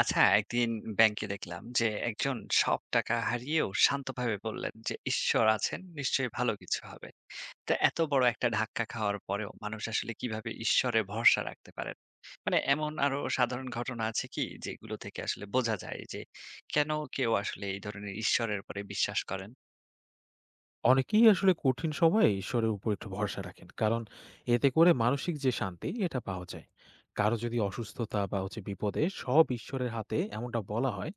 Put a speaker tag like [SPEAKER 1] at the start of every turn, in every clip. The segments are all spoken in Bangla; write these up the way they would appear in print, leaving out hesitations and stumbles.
[SPEAKER 1] আচ্ছা, একদিন ব্যাংকে দেখলাম যে একজন সব টাকা হারিয়েও শান্তভাবে বললেন যে ঈশ্বর আছেন, নিশ্চয়ই ভালো কিছু হবে। তা এত বড় একটা ধাক্কা খাওয়ার পরেও মানুষ আসলে কিভাবে ঈশ্বরে ভরসা রাখতে পারেন? মানে এমন আরো সাধারণ ঘটনা আছে কি যেগুলো থেকে আসলে বোঝা যায় যে কেন কেউ আসলে এই ধরনের ঈশ্বরের পরে বিশ্বাস করেন?
[SPEAKER 2] অনেকেই আসলে কঠিন সময়ে ঈশ্বরের উপর একটু ভরসা রাখেন কারণ এতে করে মানসিক যে শান্তি এটা পাওয়া যায়। কারো যদি অসুস্থতা বা হচ্ছে বিপদে সব ঈশ্বরের হাতে এমনটা বলা হয়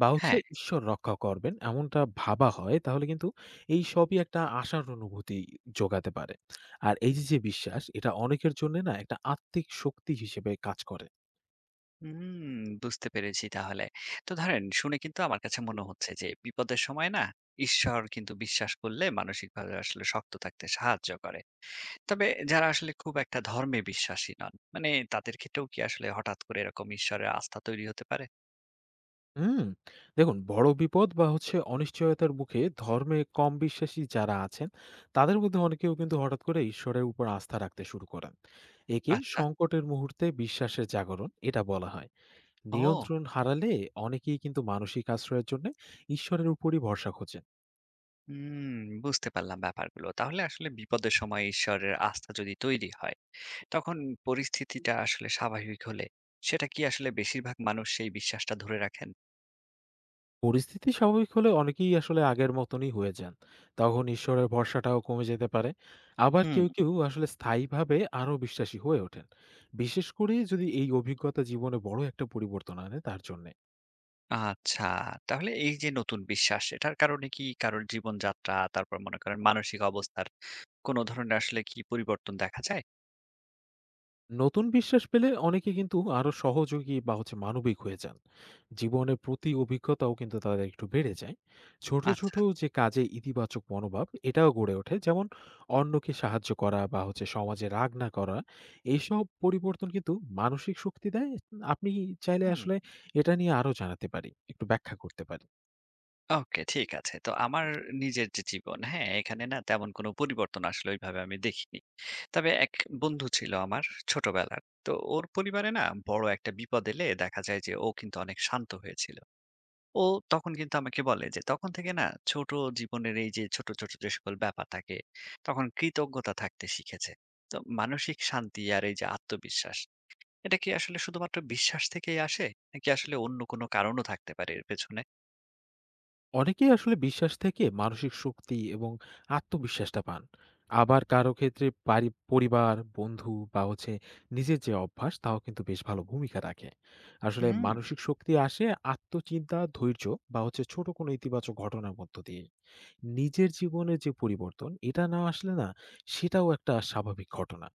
[SPEAKER 2] বা হচ্ছে
[SPEAKER 1] হ্যাঁ।
[SPEAKER 2] ঈশ্বর রক্ষা করবেন এমনটা ভাবা হয় তাহলে কিন্তু এই সবই একটা আশার অনুভূতি যোগাতে পারে। আর এই যে যে বিশ্বাস এটা অনেকের জন্য না একটা আত্মিক শক্তি হিসেবে কাজ করে।
[SPEAKER 1] হুম, বুঝতে পেরেছি তাহলে। তো ধরেন শুনে কিন্তু আমার কাছে মনে হচ্ছে যে বিপদের সময় না ঈশ্বর কিন্তু বিশ্বাস করলে মানসিকভাবে আসলে শক্ত থাকতে সাহায্য করে। তবে যারা আসলে খুব একটা ধর্মে বিশ্বাসী নন, মানে তাদের ক্ষেত্রেও কি আসলে হঠাৎ করে এরকম ঈশ্বরের আস্থা তৈরি হতে পারে?
[SPEAKER 2] হুম, দেখুন, বড় বিপদ বা হচ্ছে অনিশ্চয়তার মুখে ধর্মে কম বিশ্বাসী যারা আছেন তাদের মধ্যে অনেকেও কিন্তু হঠাৎ করে ঈশ্বরের উপর আস্থা রাখতে শুরু করেন। একে
[SPEAKER 1] আচ্ছা।
[SPEAKER 2] সংকটের মুহূর্তে বিশ্বাসের জাগরণ এটা বলা হয়।
[SPEAKER 1] ও!
[SPEAKER 2] নিয়ন্ত্রণ হারালে অনেকেই কিন্তু মানসিক আশ্রয়ের জন্য ঈশ্বরের উপরই ভরসা খোঁজে।
[SPEAKER 1] হুম, বুঝতে পারলাম ব্যাপারগুলো। তাহলে আসলে বিপদের সময় ঈশ্বরের আস্থা যদি তৈরি হয়, তখন পরিস্থিতিটা আসলে স্বাভাবিক হলে, সেটা কি আসলে বেশিরভাগ মানুষ সেই বিশ্বাসটা ধরে রাখেন?
[SPEAKER 2] পরিস্থিতি স্বাভাবিক হলে অনেকেই আসলে আগের মতনই হয়ে যান। তখন ঈশ্বরের ভরসাটাও কমে যেতে পারে। আবার
[SPEAKER 1] হুম।
[SPEAKER 2] কেউ, কেউ আসলে স্থায়ীভাবে আরো বিশ্বাসী হয়ে ওঠেন। বিশেষ করে যদি এই অভিজ্ঞতা জীবনে বড় একটা পরিবর্তন আনে তার জন্যে।
[SPEAKER 1] আচ্ছা, তাহলে এই যে নতুন বিশ্বাস, এটার কারণে কি কারোর জীবনযাত্রা, তারপর মনে করেন মানসিক অবস্থার কোনো ধরনের আসলে কি পরিবর্তন দেখা যায়?
[SPEAKER 2] নতুন বিশ্বাস পেলে অনেকে কিন্তু আরো সহযোগী বা হচ্ছে মানবিক হয়ে যান। জীবনের প্রতি অভিজ্ঞতাও কিন্তু তাদের একটু বেড়ে যায়। ছোট
[SPEAKER 1] আচ্ছা।
[SPEAKER 2] ছোট যে কাজে ইতিবাচক মনোভাব এটাও গড়ে ওঠে, যেমন অন্যকে সাহায্য করা বা হচ্ছে সমাজে রাগ না করা। এইসব পরিবর্তন কিন্তু মানসিক শক্তি দেয়। আপনি চাইলে
[SPEAKER 1] হুম।
[SPEAKER 2] আসলে এটা নিয়ে আরো জানাতে পারি, একটু ব্যাখ্যা করতে পারি।
[SPEAKER 1] ওকে, ঠিক আছে। তো আমার নিজের যে জীবন, হ্যাঁ, এখানে না তেমন কোনো পরিবর্তন আসলে ওইভাবে আমি দেখিনি। তবে এক বন্ধু ছিল আমার ছোটবেলার। তো ওর পরিবারে না বড় একটা বিপদ এলে দেখা যায় যে ও কিন্তু অনেক শান্ত হয়েছিল। ও তখন কিন্তু আমাকে বলে যে তখন থেকে না ছোট জীবনের এই যে ছোট, ছোট যে সকল ব্যাপার থাকে তখন কৃতজ্ঞতা থাকতে শিখেছে। তো মানসিক শান্তি আর এই যে আত্মবিশ্বাস, এটা কি আসলে শুধুমাত্র বিশ্বাস থেকেই আসে? নাকি আসলে অন্য কোনো কারণও থাকতে পারে এর পেছনে?
[SPEAKER 2] অনেকেই আসলে বিশ্বাস থেকে মানসিক শক্তি এবং আত্মবিশ্বাসটা পান। আবার কারো ক্ষেত্রে বাড়ি, পরিবার, বন্ধু বা হচ্ছে নিজের যে অভ্যাস তাও কিন্তু বেশ ভালো ভূমিকা রাখে। আসলে
[SPEAKER 1] হুম।
[SPEAKER 2] মানসিক শক্তি আসে আত্মচিন্তা, ধৈর্য বা হচ্ছে ছোট কোনো ইতিবাচক ঘটনার মধ্য দিয়ে। নিজের জীবনে যে পরিবর্তন এটা না আসলে না সেটাও একটা স্বাভাবিক ঘটনা।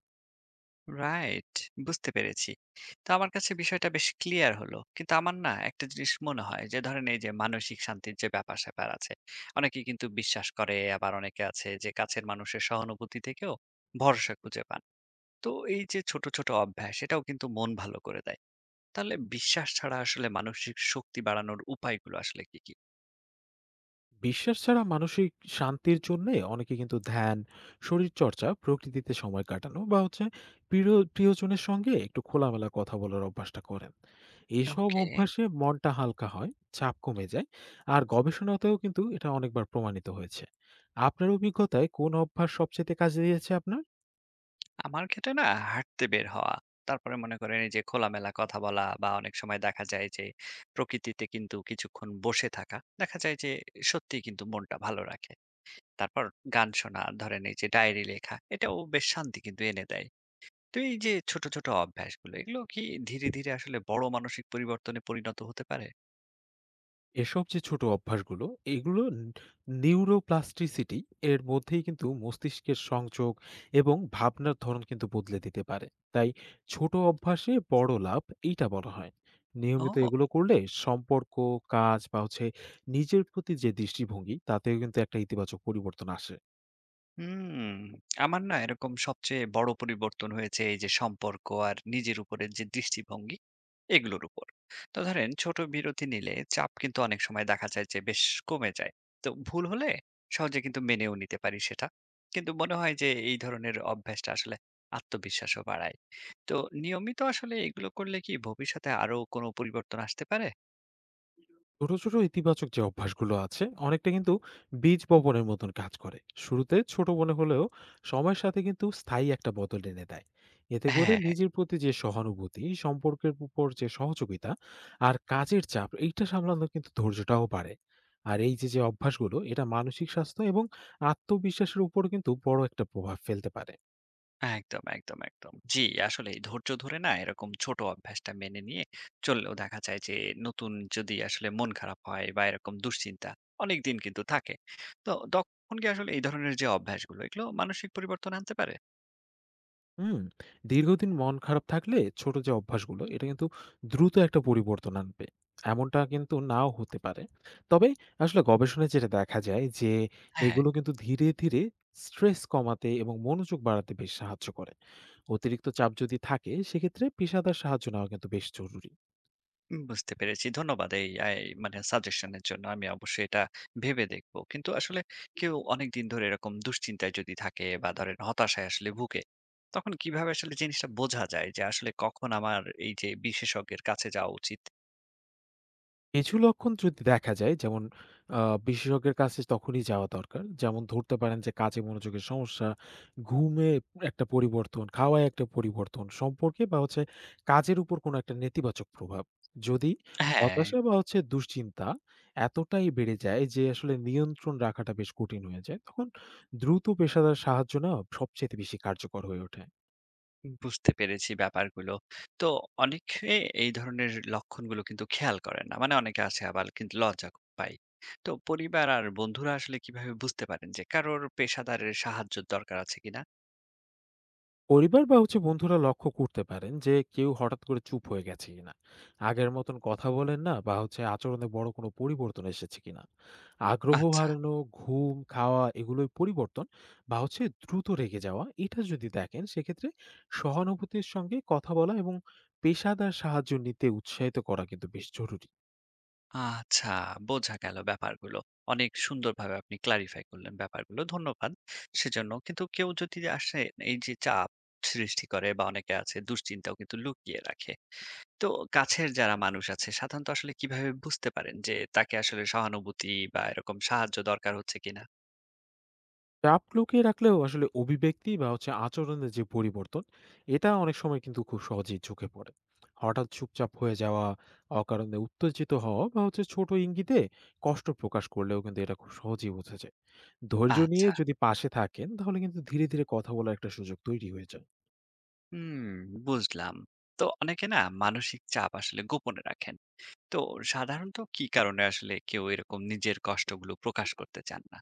[SPEAKER 1] রাইট, বুঝতে পেরেছি। তো আমার কাছে বিষয়টা বেশ ক্লিয়ার হলো, কিন্তু আমার না একটা জিনিস মনে হয় যে ধরেন এই যে মানসিক শান্তির যে ব্যাপার স্যাপার আছে, অনেকে কিন্তু বিশ্বাস করে, আবার অনেকে আছে যে কাছের মানুষের সহানুভূতি থেকেও ভরসা খুঁজে পান। তো এই যে ছোট ছোট অভ্যাস এটাও কিন্তু মন ভালো করে দেয়। তাহলে বিশ্বাস ছাড়া আসলে মানসিক শক্তি বাড়ানোর উপায়গুলো আসলে কি কি?
[SPEAKER 2] বিশ্বাস ছাড়া মানসিক শান্তির জন্য অনেকে কিন্তু ধ্যান, শরীরচর্চা, প্রকৃতিতে সময় কাটানো বা হচ্ছে প্রিয়জনের সঙ্গে একটু খোলামেলা কথা বলার অভ্যাসটা করেন। এইসব
[SPEAKER 1] ওকে।
[SPEAKER 2] অভ্যাসে মনটা হালকা হয়, চাপ কমে যায়। আর গবেষণাতেও কিন্তু এটা অনেকবার প্রমাণিত হয়েছে। আপনার অভিজ্ঞতায় কোন অভ্যাস সবচেয়ে কাজে দিয়েছে আপনার?
[SPEAKER 1] আমার ক্ষেত্রে না হাঁটতে বের হওয়া। তারপরে মনে করেন এই যে খোলামেলা কথা বলা, বা অনেক সময় দেখা যায় যে প্রকৃতিতে কিন্তু কিছুক্ষণ বসে থাকা। দেখা যায় যে সত্যিই কিন্তু মনটা ভালো রাখে। তারপর গান শোনা, ধরেন এই যে ডায়েরি লেখা, এটাও বেশ শান্তি কিন্তু এনে দেয়। তো এই যে ছোট, ছোট অভ্যাসগুলো এগুলো কি ধীরে, ধীরে আসলে বড় মানসিক পরিবর্তনে পরিণত হতে পারে?
[SPEAKER 2] এসব যে ছোট অভ্যাসগুলো, এগুলো নিউরোপ্লাস্টিসিটি এর মধ্যেই কিন্তু মস্তিষ্কের সংযোগ এবং ভাবনার ধরন কিন্তু বদলে দিতে পারে। তাই ছোট অভ্যাসে বড় লাভ এইটা বলা হয়। নিয়মিত
[SPEAKER 1] ও!
[SPEAKER 2] এগুলো করলে সম্পর্ক, কাজ বা হচ্ছে নিজের প্রতি যে দৃষ্টিভঙ্গি তাতেও কিন্তু একটা ইতিবাচক পরিবর্তন আসে।
[SPEAKER 1] হুম, আমার না এরকম সবচেয়ে বড় পরিবর্তন হয়েছে এই যে সম্পর্ক আর নিজের উপরের যে দৃষ্টিভঙ্গি এগুলোর উপর। তো ধরেন ছোট বিরতি নিলে চাপ কিন্তু অনেক সময় দেখা যায় যে বেশ কমে যায়। তো ভুল হলে সহজে কিন্তু মেনেও নিতে পারি সেটা। কিন্তু মনে হয় যে এই ধরনের অভ্যাসটা আসলে আত্মবিশ্বাসও বাড়ায়। তো নিয়মিত আসলে এগুলো করলে কি ভবিষ্যতে আরো কোনো পরিবর্তন আসতে পারে?
[SPEAKER 2] ছোট, ছোট ইতিবাচক যে অভ্যাসগুলো আছে অনেকটা কিন্তু বীজ বপনের মতন কাজ করে। শুরুতে ছোট মনে হলেও সময়ের সাথে কিন্তু স্থায়ী একটা বদল এনে দেয়। এতে করে
[SPEAKER 1] হ্যাঁ।
[SPEAKER 2] নিজের প্রতি যে সহানুভূতি, সম্পর্কের উপর যে সহযোগিতা আর কাজের চাপ এইটা সামলানো, কিন্তু ধৈর্যটাও বাড়ে। আর এই যে অভ্যাসগুলো এটা মানসিক স্বাস্থ্য এবং আত্মবিশ্বাসের উপরও কিন্তু বড় একটা প্রভাব ফেলতে পারে।
[SPEAKER 1] একদম, একদম, একদম। জি, আসলেই ধৈর্য ধরে না এরকম ছোট অভ্যাসটা মেনে নিয়ে চললেও দেখা যায় যে নতুন যদি আসলে মন খারাপ হয় বা এরকম দুশ্চিন্তা অনেকদিন কিন্তু থাকে। তো তখন কি আসলে এই ধরনের যে অভ্যাসগুলো এগুলো মানসিক পরিবর্তন আনতে পারে?
[SPEAKER 2] হুম, দীর্ঘদিন মন খারাপ থাকলে ছোট যে অভ্যাসগুলো এটা কিন্তু দ্রুত একটা পরিবর্তন আনবে এমনটা কিন্তু নাও হতে পারে। তবে আসলে গবেষণায় যেটা দেখা যায় যে
[SPEAKER 1] হ্যাঁ।
[SPEAKER 2] এগুলো কিন্তু ধীরে ধীরে স্ট্রেস কমাতে এবং মনোযোগ বাড়াতে বেশ সাহায্য করে। অতিরিক্ত চাপ যদি থাকে সেক্ষেত্রে পেশাদার সাহায্য নেওয়া কিন্তু বেশ জরুরি।
[SPEAKER 1] বুঝতে পেরেছি। ধন্যবাদ এই মানে সাজেশনের জন্য। আমি অবশ্যই এটা ভেবে দেখব। কিন্তু আসলে কেউ অনেকদিন ধরে এরকম দুশ্চিন্তায় যদি থাকে বা ধরেন হতাশায় আসলে ভুগে, তখন কিভাবে আসলে জিনিসটা বোঝা যায় যে আসলে কখন আমার এই যে বিশেষজ্ঞের কাছে যাওয়া উচিত?
[SPEAKER 2] কিছু লক্ষণ যদি দেখা যায় যেমন আ বিশেষজ্ঞের কাছে তখনই যাওয়া দরকার। যেমন ধরতে পারেন যে কাজে মনোযোগের সমস্যা, ঘুমে একটা পরিবর্তন, খাওয়ায় একটা পরিবর্তন, সম্পর্কে বা হচ্ছে কাজের উপর কোনো একটা নেতিবাচক প্রভাব। যদি
[SPEAKER 1] হ্যাঁ,
[SPEAKER 2] হতাশা বা হচ্ছে দুশ্চিন্তা এতটাই বেড়ে যায় যে আসলে নিয়ন্ত্রণ রাখাটা বেশ কঠিন হয়ে যায়, তখন দ্রুত পেশাদার সাহায্য নেওয়া সবচাইতে বেশি কার্যকর হয়ে ওঠে।
[SPEAKER 1] বুঝতে পেরেছি ব্যাপারগুলো। তো অনেকে এই ধরনের লক্ষণগুলো কিন্তু খেয়াল করে না। মানে অনেকে আছে আবার কিন্তু লজ্জা পায়। তো পরিবার আর বন্ধুরা আসলে কিভাবে বুঝতে পারেন যে কারোর পেশাদারের সাহায্যের দরকার আছে কিনা?
[SPEAKER 2] পরিবার বা হচ্ছে বন্ধুরা লক্ষ্য করতে পারেন যে কেউ হঠাৎ করে চুপ হয়ে গেছে কিনা, আগের মতন কথা বলেন না বা হচ্ছে আচরণে বড় কোনো পরিবর্তন এসেছে কিনা, আগ্রহ
[SPEAKER 1] আচ্ছা।
[SPEAKER 2] হারানো, ঘুম, খাওয়া এগুলোই পরিবর্তন বা হচ্ছে দ্রুত রেগে যাওয়া এটা যদি দেখেন, সেক্ষেত্রে সহানুভূতির সঙ্গে কথা বলা এবং পেশাদার সাহায্য নিতে উৎসাহিত করা কিন্তু বেশ জরুরি।
[SPEAKER 1] আচ্ছা, বোঝা গেল ব্যাপারগুলো। অনেক সুন্দরভাবে আপনি ক্লারিফাই করলেন ব্যাপারগুলো, ধন্যবাদ সেজন্য। কিন্তু কেউ যদি আসে এই যে চাপ সৃষ্টি করে, বা অনেকে আছে দুশ্চিন্তাও কিন্তু লুকিয়ে রাখে। তো কাছের যারা মানুষ আছে সাধারণত আসলে কিভাবে বুঝতে পারেন যে তাকে আসলে সহানুভূতি বা এরকম সাহায্য দরকার হচ্ছে কিনা?
[SPEAKER 2] চাপ লুকিয়ে রাখলেও আসলে অভিব্যক্তি বা হচ্ছে আচরণের যে পরিবর্তন এটা অনেক সময় কিন্তু খুব সহজেই চোখে পড়ে। হঠাৎ চুপচাপ হয়ে যাওয়া, অকারণে উত্তেজিত হওয়া বা হচ্ছে ছোট ইঙ্গিতে কষ্ট প্রকাশ করলেও কিন্তু এটা খুব সহজেই বোঝা যায়। ধৈর্য নিয়ে
[SPEAKER 1] আচ্ছা।
[SPEAKER 2] যদি পাশে থাকেন তাহলে কিন্তু ধীরে ধীরে কথা বলার একটা সুযোগ তৈরি হয়ে যায়।
[SPEAKER 1] হুম, বুঝলাম। তো অনেকে না মানসিক চাপ আসলে গোপনে রাখেন। তো সাধারণত কি কারণে আসলে কেউ এরকম নিজের কষ্টগুলো প্রকাশ করতে চান না?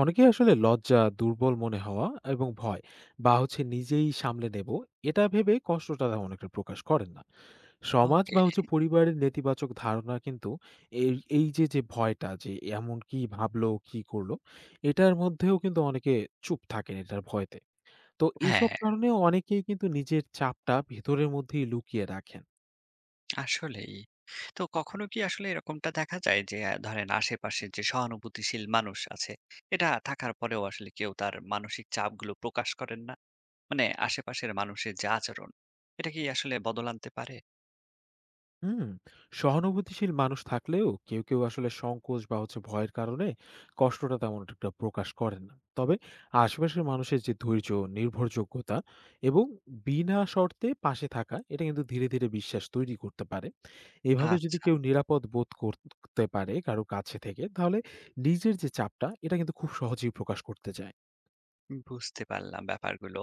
[SPEAKER 2] অনেকেই আসলে লজ্জা, দুর্বল মনে হওয়া এবং ভয় বা হচ্ছে নিজেই সামলে নেব এটা ভেবে কষ্টটা তেমন অনেকটা প্রকাশ করেন না। সমাজ
[SPEAKER 1] ওকে।
[SPEAKER 2] বা হচ্ছে পরিবারের নেতিবাচক ধারণা কিন্তু এই এই যে ভয়টা যে এমন কি ভাবলো, কি করলো এটার মধ্যেও কিন্তু অনেকে চুপ থাকেন এটার ভয়তে। তো এইসব
[SPEAKER 1] হ্যাঁ,
[SPEAKER 2] কারণেও অনেকেই কিন্তু নিজের চাপটা ভেতরের মধ্যেই লুকিয়ে রাখেন।
[SPEAKER 1] আসলেই। তো কখনো কি আসলে এরকমটা দেখা যায় যে ধরেন আশেপাশে যে সহানুভূতিশীল মানুষ আছে, এটা থাকার পরেও আসলে কেউ তার মানসিক চাপগুলো প্রকাশ করেন না? মানে আশেপাশের মানুষের যে আচরণ, এটা কি আসলে বদল আনতে পারে?
[SPEAKER 2] হুম সহানুভূতিশীল মানুষ থাকলেও কেউ কেউ আসলে সংকোচ বা হচ্ছে ভয়ের কারণে কষ্টটা তেমন একটা প্রকাশ করেন না। তবে আশেপাশের মানুষের যে ধৈর্য, নির্ভরযোগ্যতা এবং বিনা শর্তে পাশে থাকা, এটা কিন্তু ধীরে ধীরে বিশ্বাস তৈরি করতে পারে। এভাবে যদি
[SPEAKER 1] আচ্ছা,
[SPEAKER 2] কেউ নিরাপদ বোধ করতে পারে কারো কাছে থেকে, তাহলে নিজের যে চাপটা এটা কিন্তু খুব সহজেই প্রকাশ করতে চায়।
[SPEAKER 1] বুঝতে পারলাম ব্যাপারগুলো।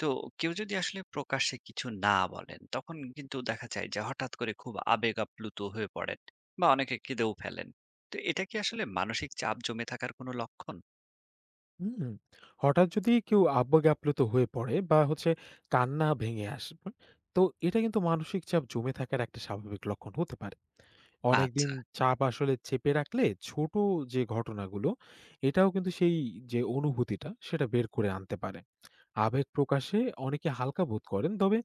[SPEAKER 1] তো কেউ যদি আসলে প্রকাশ্যে কিছু না বলেন, তখন কিন্তু দেখা যায় যে হঠাৎ করে খুব আবেগ আপ্লুত হয়ে পড়েন বা অনেকে কেঁদেও ফেলেন। তো এটা কি আসলে মানসিক চাপ জমে থাকার কোনো লক্ষণ?
[SPEAKER 2] হুম, হঠাৎ যদি কেউ আবেগ-আপ্লুত হয়ে পড়ে বা হচ্ছে কান্না ভেঙে আসে, তো এটা কিন্তু মানসিক চাপ জমে থাকার একটা স্বাভাবিক লক্ষণ হতে পারে।
[SPEAKER 1] আচ্ছা।
[SPEAKER 2] অনেকদিন চাপ আসলে চেপে রাখলে ছোট যে ঘটনাগুলো, এটাও কিন্তু সেই যে অনুভূতিটা সেটা বের করে আনতে পারে। আবেগ প্রকাশে অনেকে হালকা বোধ করেন, তবে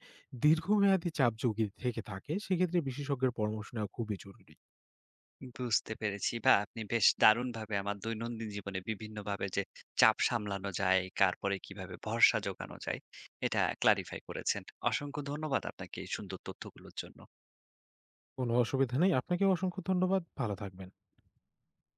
[SPEAKER 2] দীর্ঘমেয়াদী চাপ যদি থেকে থাকে সেক্ষেত্রে বিশেষজ্ঞের পরামর্শ নেওয়া খুবই জরুরি।
[SPEAKER 1] বুঝতে পেরেছি। বাহ! আপনি বেশ দারুণভাবে আমার দৈনন্দিন জীবনে বিভিন্নভাবে যে চাপ সামলানো যায়, তারপরে কিভাবে ভরসা জোগানো যায়, এটা clarify করেছেন। অসংখ্য ধন্যবাদ আপনাকে এই সুন্দর তথ্যগুলোর জন্য।
[SPEAKER 2] কোনো অসুবিধা নেই। আপনাকেও অসংখ্য ধন্যবাদ। ভালো থাকবেন।